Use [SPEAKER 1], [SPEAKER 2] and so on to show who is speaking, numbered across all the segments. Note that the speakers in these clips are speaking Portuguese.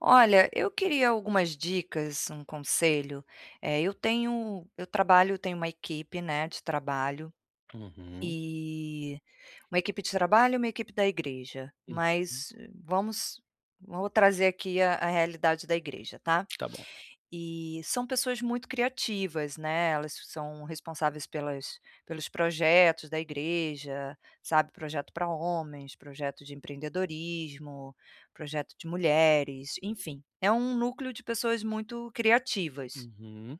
[SPEAKER 1] Olha, eu queria algumas dicas, um conselho. Eu trabalho, eu tenho uma equipe, né, de trabalho,
[SPEAKER 2] Uhum,
[SPEAKER 1] e uma equipe da igreja,
[SPEAKER 2] uhum.
[SPEAKER 1] mas vamos vou trazer aqui a realidade da igreja, tá?
[SPEAKER 2] Tá bom.
[SPEAKER 1] E são pessoas muito criativas, né, elas são responsáveis pelas pelos projetos da igreja, sabe, projeto para homens, projeto de empreendedorismo, projeto de mulheres, enfim, é um núcleo de pessoas muito criativas.
[SPEAKER 2] Uhum,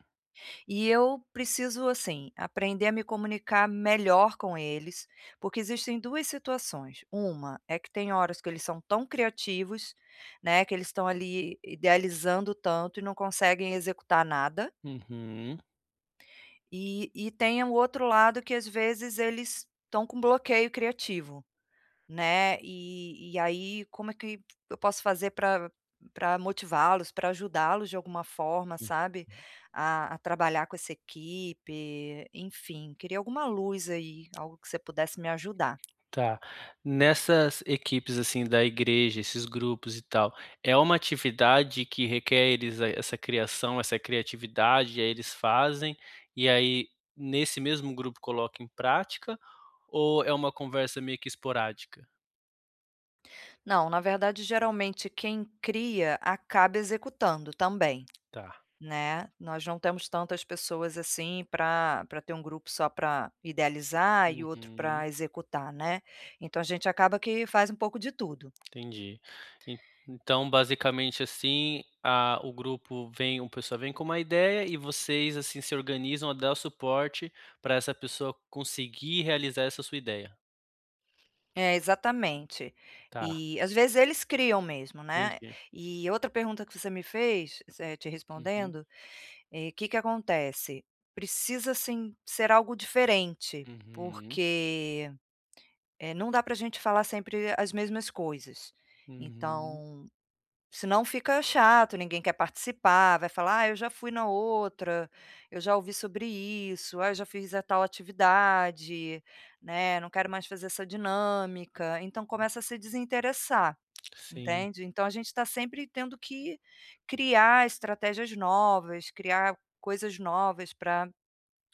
[SPEAKER 1] E eu preciso, assim, aprender a me comunicar melhor com eles, porque existem 2 situações. Uma é que tem horas que eles são tão criativos, né, que eles estão ali idealizando tanto e não conseguem executar nada.
[SPEAKER 2] uhum,
[SPEAKER 1] E tem o outro lado que às vezes eles estão com bloqueio criativo. Né, e aí como é que eu posso fazer para motivá-los, para ajudá-los de alguma forma,
[SPEAKER 2] hum,
[SPEAKER 1] sabe, a trabalhar com essa equipe, enfim, queria alguma luz aí, algo que você pudesse me ajudar.
[SPEAKER 2] tá. Nessas equipes, assim, da igreja, esses grupos e tal, é uma atividade que requer eles a essa criação, essa criatividade, aí eles fazem, e aí nesse mesmo grupo coloca em prática, ou é uma conversa meio que esporádica?
[SPEAKER 1] Não, na verdade geralmente quem cria acaba executando também,
[SPEAKER 2] Tá.
[SPEAKER 1] né, nós não temos tantas pessoas assim para ter um grupo só para idealizar e outro
[SPEAKER 2] Uhum.
[SPEAKER 1] para executar, né, então a gente acaba que faz um pouco de tudo.
[SPEAKER 2] Entendi. En então, basicamente, assim, a o grupo vem o pessoal vem com uma ideia e vocês, assim, se organizam a dar suporte para essa pessoa conseguir realizar essa sua ideia.
[SPEAKER 1] É, exatamente.
[SPEAKER 2] Tá,
[SPEAKER 1] E às vezes eles criam mesmo, né.
[SPEAKER 2] entendi.
[SPEAKER 1] E outra pergunta que você me fez, te
[SPEAKER 2] Uhum,
[SPEAKER 1] respondendo, o que que acontece? Precisa sim ser algo diferente,
[SPEAKER 2] uhum,
[SPEAKER 1] porque, não dá para a gente falar sempre as mesmas coisas.
[SPEAKER 2] uhum.
[SPEAKER 1] Então Senão fica chato, ninguém quer participar, vai falar: "Ah, eu já fui na outra, eu já ouvi sobre isso, ah, eu já fiz a tal atividade, né, não quero mais fazer essa dinâmica". Então começa a se desinteressar,
[SPEAKER 2] Sim.
[SPEAKER 1] entende? Então a gente está sempre tendo que criar estratégias novas, criar coisas novas para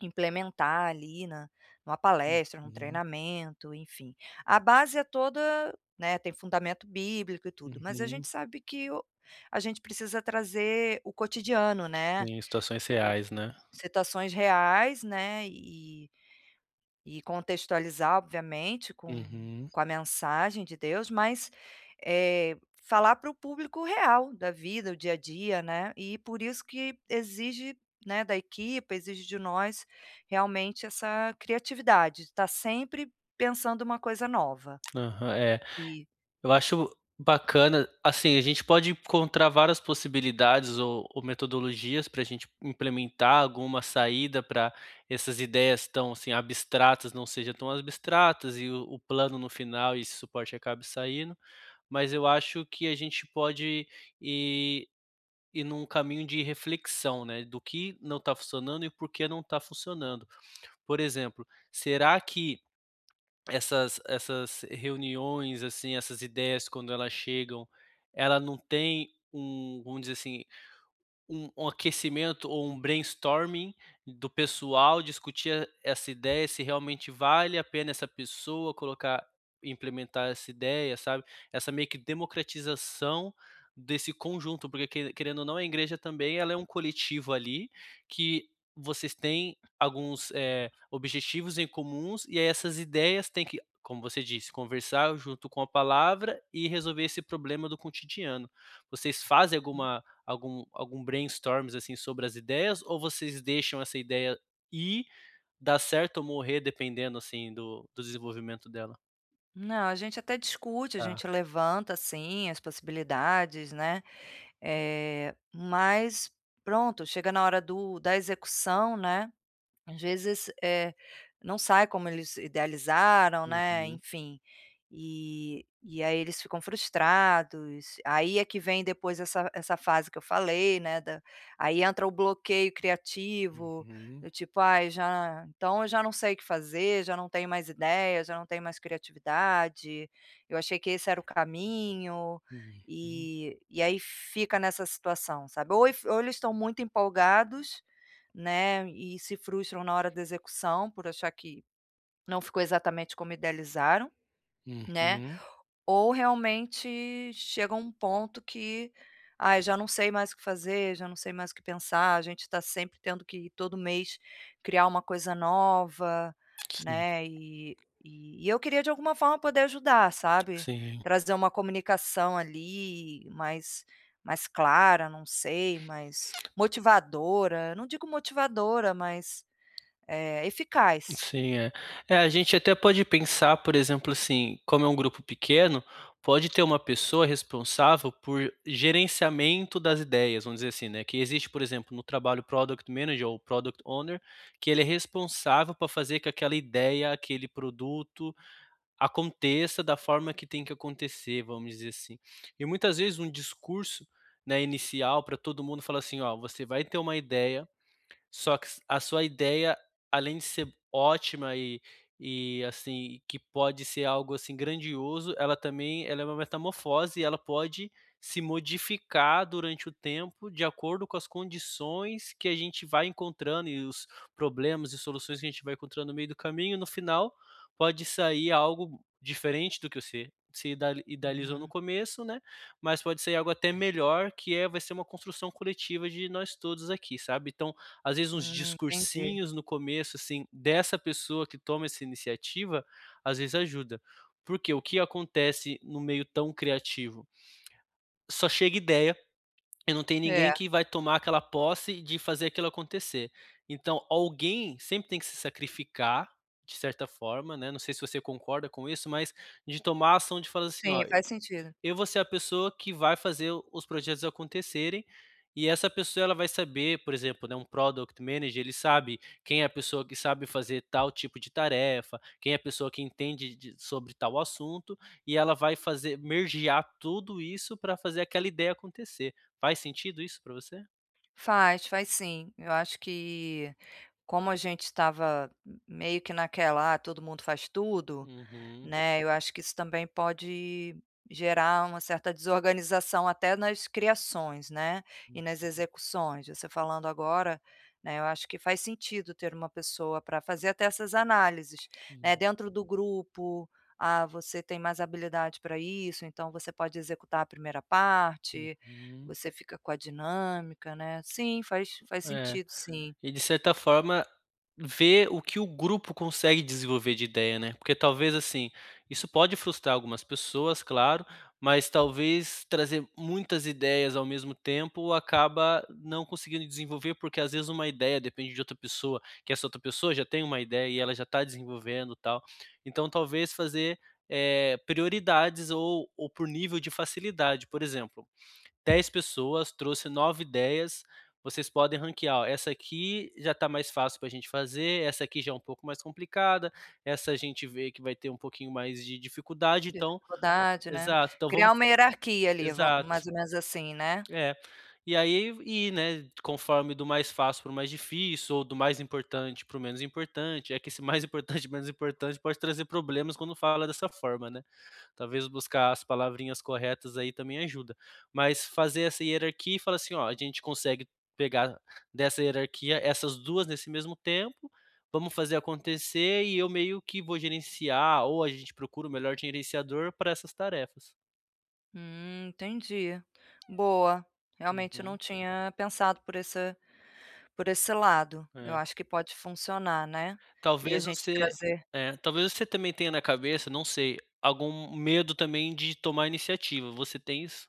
[SPEAKER 1] implementar ali na numa palestra, num
[SPEAKER 2] Uhum,
[SPEAKER 1] treinamento, enfim. A base é toda, né, tem fundamento bíblico e tudo, mas a gente
[SPEAKER 2] uhum.
[SPEAKER 1] sabe que o a gente precisa trazer o cotidiano, né,
[SPEAKER 2] Em situações
[SPEAKER 1] o
[SPEAKER 2] reais, né.
[SPEAKER 1] situações reais, né, e contextualizar, obviamente,
[SPEAKER 2] Uhum.
[SPEAKER 1] com a mensagem de Deus, mas, falar para o público real da vida, o dia a dia, né, e por isso que exige, né, da equipe, exige de nós realmente essa criatividade, estar sempre pensando uma coisa nova
[SPEAKER 2] Aham, é.
[SPEAKER 1] e
[SPEAKER 2] Eu acho bacana, assim, a gente pode encontrar várias possibilidades ou metodologias para a gente implementar alguma saída para essas ideias tão assim abstratas não sejam tão abstratas e o plano no final e esse suporte acabe saindo, mas eu acho que a gente pode ir, ir num caminho de reflexão, né, do que não está funcionando e por que não está funcionando. Por exemplo, será que essas reuniões, assim, essas ideias quando elas chegam, ela não tem um, vamos dizer assim, um aquecimento ou um brainstorming do pessoal, discutir essa ideia, se realmente vale a pena essa pessoa colocar implementar essa ideia, sabe. Essa meio que democratização desse conjunto, porque que querendo ou não, a igreja também ela é um coletivo ali, que vocês têm alguns, objetivos em comuns, e aí essas ideias têm que, como você disse, conversar junto com a palavra e resolver esse problema do cotidiano. Vocês fazem algum brainstorms, assim, sobre as ideias ou vocês deixam essa ideia ir, dar certo ou morrer dependendo, assim, do desenvolvimento dela?
[SPEAKER 1] Não, a gente até discute, a
[SPEAKER 2] Tá.
[SPEAKER 1] gente levanta, assim, as possibilidades, né, mas pronto, chega na hora do da execução, né, às vezes, não sai como eles idealizaram, né,
[SPEAKER 2] Uhum,
[SPEAKER 1] enfim, e aí eles ficam frustrados, aí é que vem depois essa fase que eu falei, né, da aí entra o bloqueio criativo,
[SPEAKER 2] uhum,
[SPEAKER 1] do tipo: "Ai, já então eu já não sei o que fazer, já não tenho mais ideia, já não tenho mais criatividade, eu achei que esse era o caminho",
[SPEAKER 2] uhum,
[SPEAKER 1] e aí fica nessa situação, sabe. Ou eles estão muito empolgados, né, e se frustram na hora da execução por achar que não ficou exatamente como idealizaram, né,
[SPEAKER 2] uhum,
[SPEAKER 1] ou realmente chega um ponto que: "Ai, já não sei mais o que fazer, já não sei mais o que pensar", a gente está sempre tendo que todo mês criar uma coisa nova,
[SPEAKER 2] sim.
[SPEAKER 1] né, e eu queria de alguma forma poder ajudar, sabe,
[SPEAKER 2] Sim.
[SPEAKER 1] trazer uma comunicação ali mais mais clara, não sei, mais motivadora, não digo motivadora, mas é, eficaz.
[SPEAKER 2] Sim, é. É, a gente até pode pensar, por exemplo, assim, como é um grupo pequeno, pode ter uma pessoa responsável por gerenciamento das ideias, vamos dizer assim, né? Que existe, por exemplo, no trabalho Product Manager ou Product Owner, que ele é responsável para fazer que aquela ideia, aquele produto aconteça da forma que tem que acontecer, vamos dizer assim. E muitas vezes um discurso, né, inicial para todo mundo fala assim, ó, você vai ter uma ideia só que a sua ideia, além de ser ótima e assim, que pode ser algo, assim, grandioso, ela também ela é uma metamorfose e ela pode se modificar durante o tempo de acordo com as condições que a gente vai encontrando e os problemas e soluções que a gente vai encontrando no meio do caminho, no final pode sair algo diferente do que você se idali idealizou no
[SPEAKER 1] Uhum.
[SPEAKER 2] começo, né, mas pode ser algo até melhor que vai ser uma construção coletiva de nós todos aqui, sabe. Então, às vezes uns
[SPEAKER 1] Entendi.
[SPEAKER 2] discursinhos no começo, assim, dessa pessoa que toma essa iniciativa, às vezes ajuda. Porque o que acontece no meio tão criativo? Só chega ideia e não tem
[SPEAKER 1] É,
[SPEAKER 2] ninguém que vai tomar aquela posse de fazer aquilo acontecer. Então, alguém sempre tem que se sacrificar, de certa forma, né, não sei se você concorda com isso, mas de tomar a ação de falar assim: "Ó,
[SPEAKER 1] sim, faz sentido.
[SPEAKER 2] eu vou ser a pessoa que vai fazer os projetos acontecerem, e essa pessoa ela vai saber, por exemplo, né, um product manager, ele sabe quem é a pessoa que sabe fazer tal tipo de tarefa, quem é a pessoa que entende de sobre tal assunto, e ela vai fazer mergear tudo isso para fazer aquela ideia acontecer. Faz sentido isso para você?"
[SPEAKER 1] Faz, faz sim. Eu acho que como a gente estava meio que naquela, "ah, todo mundo faz tudo".
[SPEAKER 2] Uhum.
[SPEAKER 1] Né, eu acho que isso também pode gerar uma certa desorganização até nas criações, né, e nas execuções. Você falando agora, né, eu acho que faz sentido ter uma pessoa para fazer até essas análises,
[SPEAKER 2] Uhum,
[SPEAKER 1] né, dentro do grupo, "Ah, você tem mais habilidade para isso, então você pode executar a primeira parte,
[SPEAKER 2] uhum.
[SPEAKER 1] você fica com a dinâmica", né. Sim, faz
[SPEAKER 2] É.
[SPEAKER 1] sentido sim.
[SPEAKER 2] E de certa forma, ver o que o grupo consegue desenvolver de ideia, né. Porque talvez, assim, isso pode frustrar algumas pessoas, claro, mas talvez trazer muitas ideias ao mesmo tempo acaba não conseguindo desenvolver, porque às vezes uma ideia depende de outra pessoa, que essa outra pessoa já tem uma ideia e ela já está desenvolvendo, tal. Então talvez fazer, prioridades ou por nível de facilidade. Por exemplo 10 pessoas, trouxe 9 ideias, vocês podem ranquear: "Ó, essa aqui já está mais fácil para a gente fazer, essa aqui já é um pouco mais complicada, essa a gente vê que vai ter um pouquinho mais de dificuldade,
[SPEAKER 1] De
[SPEAKER 2] então".
[SPEAKER 1] dificuldade, né.
[SPEAKER 2] Exato, então vamos.
[SPEAKER 1] Criar uma hierarquia ali, vam mais
[SPEAKER 2] Exato,
[SPEAKER 1] ou menos assim, né?
[SPEAKER 2] é. E aí, né, conforme do mais fácil para o mais difícil ou do mais importante para o menos importante, é que esse mais importante menos importante pode trazer problemas quando fala dessa forma, né. Talvez buscar as palavrinhas corretas aí também ajuda. Mas fazer essa hierarquia e falar assim: "Ó, a gente consegue pegar dessa hierarquia essas 2 nesse mesmo tempo, vamos fazer acontecer e eu meio que vou gerenciar ou a gente procura o melhor gerenciador para essas tarefas".
[SPEAKER 1] Entendi. Boa. Realmente eu não
[SPEAKER 2] Uhum,
[SPEAKER 1] tinha pensado por esse lado. Eu
[SPEAKER 2] é.
[SPEAKER 1] acho que pode funcionar, né. E a
[SPEAKER 2] Talvez
[SPEAKER 1] gente
[SPEAKER 2] você
[SPEAKER 1] trazer
[SPEAKER 2] talvez você também tenha na cabeça, não sei, algum medo também de tomar iniciativa. Você tem isso?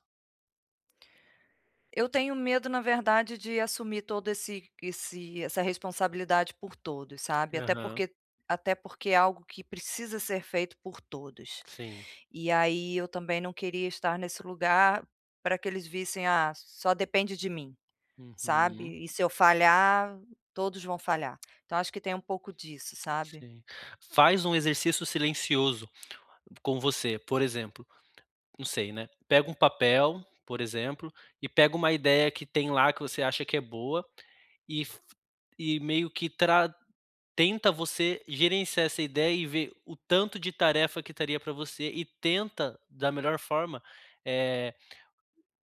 [SPEAKER 1] eu tenho medo, na verdade, de assumir todo esse essa responsabilidade por todos, sabe.
[SPEAKER 2] Aham,
[SPEAKER 1] Até porque é algo que precisa ser feito por todos.
[SPEAKER 2] sim.
[SPEAKER 1] E aí eu também não queria estar nesse lugar para que eles vissem: "Ah, só depende de mim". Sabe,
[SPEAKER 2] Uhum,
[SPEAKER 1] e se eu falhar, todos vão falhar. Então acho que tem um pouco disso, sabe.
[SPEAKER 2] sim. Faz um exercício silencioso, com você, por exemplo, não sei, né, pega um papel, por exemplo, e pega uma ideia que tem lá que você acha que é boa e f e meio que tra tenta você gerenciar essa ideia e ver o tanto de tarefa que estaria para você e tenta da melhor forma, eh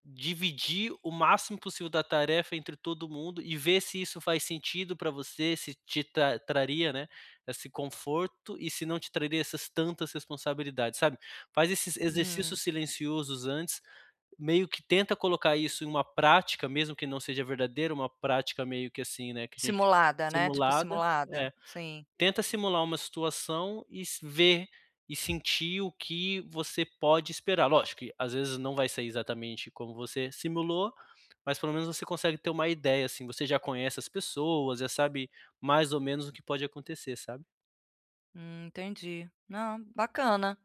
[SPEAKER 2] dividir o máximo possível da tarefa entre todo mundo e ver se isso faz sentido para você, se te traria, né, esse conforto e se não te traria essas tantas responsabilidades, sabe. Faz esses
[SPEAKER 1] Hum.
[SPEAKER 2] exercícios silenciosos antes, meio que tenta colocar isso em uma prática, mesmo que não seja verdadeira, uma prática meio que assim, né, que a gente.
[SPEAKER 1] Simulada, né, tipo
[SPEAKER 2] Simulada.
[SPEAKER 1] simulada.
[SPEAKER 2] É.
[SPEAKER 1] Sim.
[SPEAKER 2] Tenta simular uma situação e s ver e sentir o que você pode esperar. Lógico que às vezes não vai sair exatamente como você simulou, mas pelo menos você consegue ter uma ideia, assim, você já conhece as pessoas, já sabe mais ou menos o que pode acontecer, sabe.
[SPEAKER 1] Entendi. Não, bacana.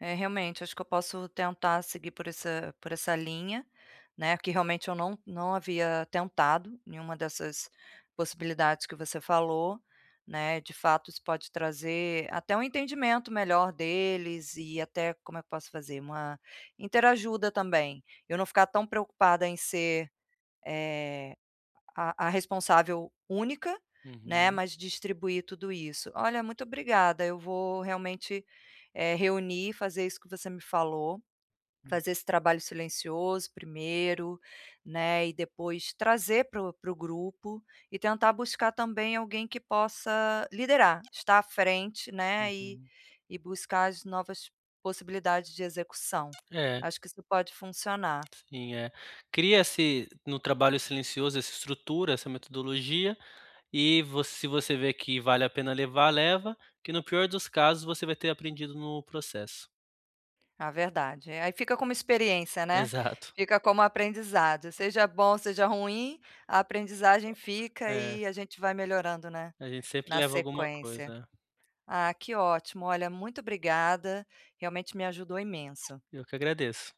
[SPEAKER 1] É, realmente, acho que eu posso tentar seguir por essa linha, né, que realmente eu não não havia tentado nenhuma dessas possibilidades que você falou, né, de fato isso pode trazer até um entendimento melhor deles e até, como é que eu posso fazer, uma interajuda também. Eu não ficar tão preocupada em ser, eh a responsável única, né,
[SPEAKER 2] Uhum,
[SPEAKER 1] mas distribuir tudo isso. Olha, muito obrigada, eu vou realmente, reunir, fazer isso que você me falou,
[SPEAKER 2] hum,
[SPEAKER 1] fazer esse trabalho silencioso primeiro, né, e depois trazer para o grupo e tentar buscar também alguém que possa liderar, estar à frente, né,
[SPEAKER 2] uhum.
[SPEAKER 1] e buscar as novas possibilidades de execução.
[SPEAKER 2] É,
[SPEAKER 1] Acho que isso pode funcionar.
[SPEAKER 2] sim, é. Cria-se no trabalho silencioso essa estrutura, essa metodologia e vo se você vê que vale a pena levar, leva, que no pior dos casos você vai ter aprendido no processo.
[SPEAKER 1] A verdade. Aí fica como experiência, né,
[SPEAKER 2] Exato.
[SPEAKER 1] fica como aprendizado, seja bom, seja ruim, a aprendizagem fica
[SPEAKER 2] É,
[SPEAKER 1] e a gente vai melhorando, né,
[SPEAKER 2] a gente sempre
[SPEAKER 1] na
[SPEAKER 2] leva alguma coisa.
[SPEAKER 1] sequência.
[SPEAKER 2] É.
[SPEAKER 1] Ah, que ótimo, olha, muito obrigada, realmente me ajudou imenso.
[SPEAKER 2] Eu que agradeço.